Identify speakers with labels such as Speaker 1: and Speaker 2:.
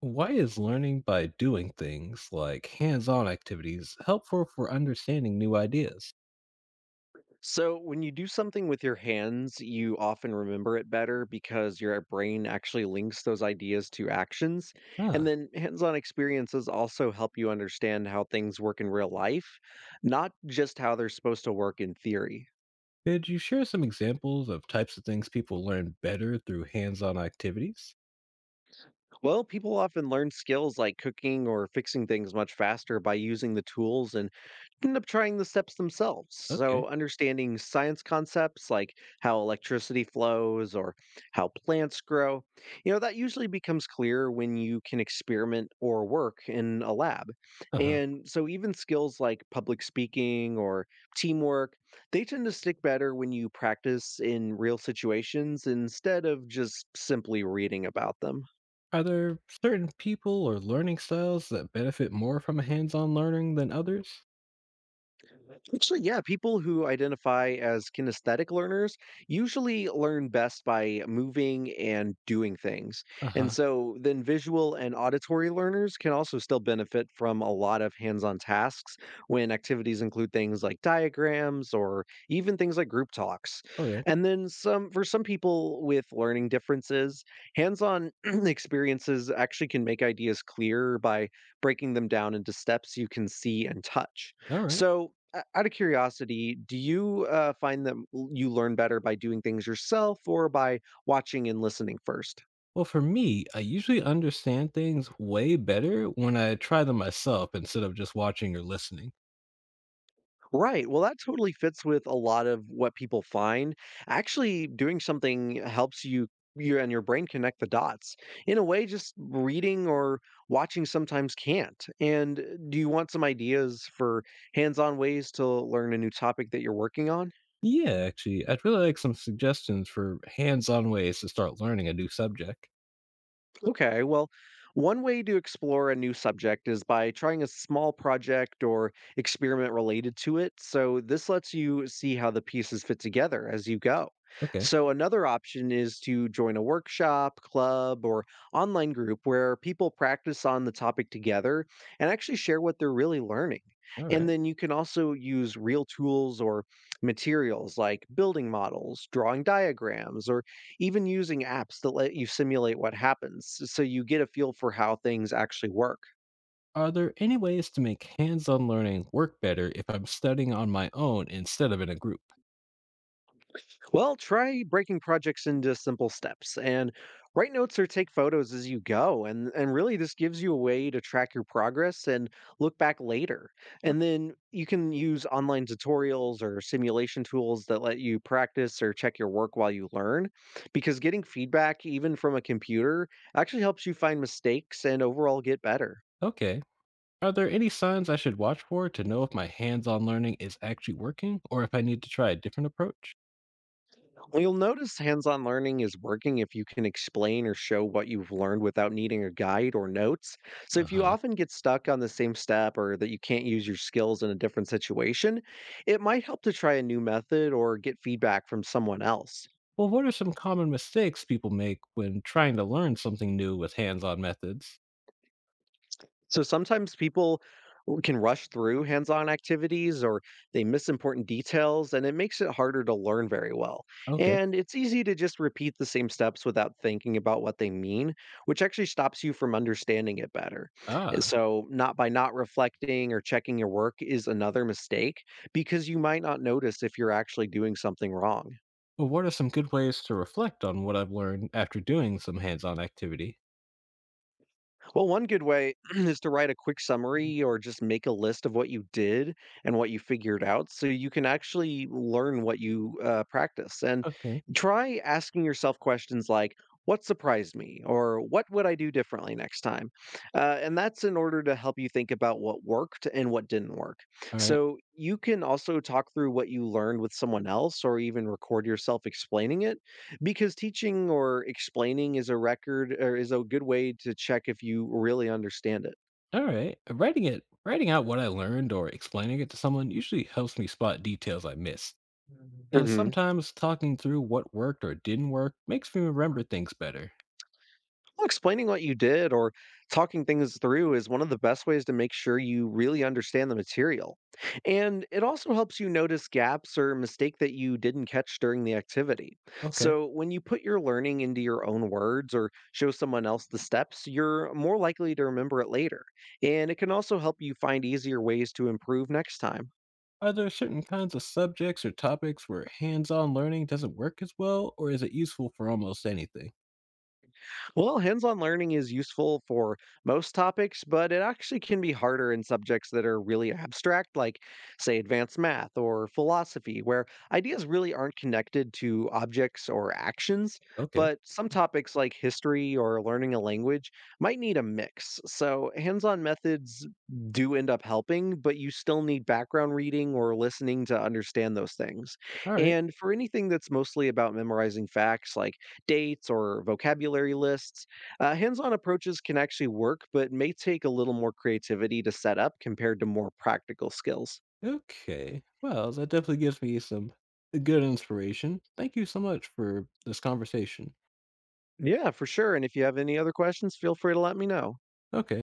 Speaker 1: Why is learning by doing things like hands on activities helpful for understanding new ideas?
Speaker 2: So, when you do something with your hands, you often remember it better because your brain actually links those ideas to actions.
Speaker 1: Huh.
Speaker 2: And then hands on experiences also help you understand how things work in real life, not just how they're supposed to work in theory.
Speaker 1: Could you share some examples of types of things people learn better through hands on activities?
Speaker 2: Well, people often learn skills like cooking or fixing things much faster by using the tools and end up trying the steps themselves. So,
Speaker 1: Okay.
Speaker 2: understanding science concepts like how electricity flows or how plants grow, that usually becomes clear when you can experiment or work in a lab.
Speaker 1: Uh huh.
Speaker 2: And so, even skills like public speaking or teamwork, they tend to stick better when you practice in real situations instead of just simply reading about them.
Speaker 1: Are there certain people or learning styles that benefit more from a hands on learning than others?
Speaker 2: Actually, yeah, people who identify as kinesthetic learners usually learn best by moving and doing things.
Speaker 1: Uh
Speaker 2: And
Speaker 1: huh.
Speaker 2: so then visual and auditory learners can also still benefit from a lot of hands-on tasks when activities include things like diagrams or even things like group talks.
Speaker 1: Okay.
Speaker 2: And then some for some people with learning differences, hands-on experiences actually can make ideas clearer by breaking them down into steps you can see and touch.
Speaker 1: All right.
Speaker 2: So, o out of curiosity, do you, find that l you learn better by doing things yourself or by watching and listening first?
Speaker 1: Well, for me, I usually understand things way better when I try them myself instead of just watching or listening.
Speaker 2: Right, well, that totally fits with a lot of what people find. Actually, doing something helps you and your brain connect the dots. In a way, just reading or watching sometimes can't. And do you want some ideas for hands-on ways to learn a new topic that you're working on?
Speaker 1: Yeah, actually, I'd really like some suggestions for hands-on ways to start learning a new subject.
Speaker 2: Okay, well, one way to explore a new subject is by trying a small project or experiment related to it. So, this lets you see how the pieces fit together as you go.
Speaker 1: Okay,
Speaker 2: So, another option is to join a workshop, club, or online group where people practice on the topic together and actually share what they're really learning.
Speaker 1: all
Speaker 2: And
Speaker 1: right.
Speaker 2: then you can also use real tools or materials like building models, drawing diagrams, or even using apps that let you simulate what happens so you get a feel for how things actually work.
Speaker 1: Are there any ways to make hands-on learning work better if I'm studying on my own instead of in a group?
Speaker 2: Well, try breaking projects into simple steps and write notes or take photos as you go. And really, this gives you a way to track your progress and look back later. And then you can use online tutorials or simulation tools that let you practice or check your work while you learn, because getting feedback, even from a computer, actually helps you find mistakes and overall get better.
Speaker 1: Okay. Are there any signs I should watch for to know if my hands-on learning is actually working or if I need to try a different approach?
Speaker 2: Well, you'll notice hands on learning is working if you can explain or show what you've learned without needing a guide or notes. So, if you
Speaker 1: Uh-huh.
Speaker 2: often get stuck on the same step or that you can't use your skills in a different situation, it might help to try a new method or get feedback from someone else.
Speaker 1: Well, what are some common mistakes people make when trying to learn something new with hands-on methods?
Speaker 2: So sometimes people can rush through hands on activities or they miss important details, and it makes it harder to learn very well.
Speaker 1: Okay.
Speaker 2: And it's easy to just repeat the same steps without thinking about what they mean, which actually stops you from understanding it better. And
Speaker 1: Ah.
Speaker 2: so, not by not reflecting or checking your work is another mistake because you might not notice if you're actually doing something wrong.
Speaker 1: Well, what are some good ways to reflect on what I've learned after doing some hands-on activity?
Speaker 2: Well, one good way is to write a quick summary or just make a list of what you did and what you figured out so you can actually learn what you practice. And
Speaker 1: Okay.
Speaker 2: try asking yourself questions like, what surprised me or what would I do differently next time? And that's in order to help you think about what worked and what didn't work.
Speaker 1: All right.
Speaker 2: So you can also talk through what you learned with someone else or even record yourself explaining it because teaching or explaining is a good way to check if you really understand it.
Speaker 1: All right. Writing out what I learned or explaining it to someone usually helps me spot details I missed. And
Speaker 2: Mhm.
Speaker 1: sometimes talking through what worked or didn't work makes me remember things better.
Speaker 2: Well, explaining what you did or talking things through is one of the best ways to make sure you really understand the material. And it also helps you notice gaps or mistake that you didn't catch during the activity.
Speaker 1: Okay.
Speaker 2: So when you put your learning into your own words or show someone else the steps, you're more likely to remember it later. And it can also help you find easier ways to improve next time.
Speaker 1: Are there certain kinds of subjects or topics where hands-on learning doesn't work as well, or is it useful for almost anything?
Speaker 2: Well, hands on learning is useful for most topics, but it actually can be harder in subjects that are really abstract, like, say, advanced math or philosophy, where ideas really aren't connected to objects or actions.
Speaker 1: Okay.
Speaker 2: But some topics, like history or learning a language, might need a mix. So, hands on methods do end up helping, but you still need background reading or listening to understand those things.
Speaker 1: All right.
Speaker 2: And for anything that's mostly about memorizing facts, like dates or vocabulary lists. Hands on approaches can actually work, but may take a little more creativity to set up compared to more practical skills.
Speaker 1: Okay. Well, that definitely gives me some good inspiration. Thank you so much for this conversation.
Speaker 2: Yeah, for sure. And if you have any other questions, feel free to let me know.
Speaker 1: Okay.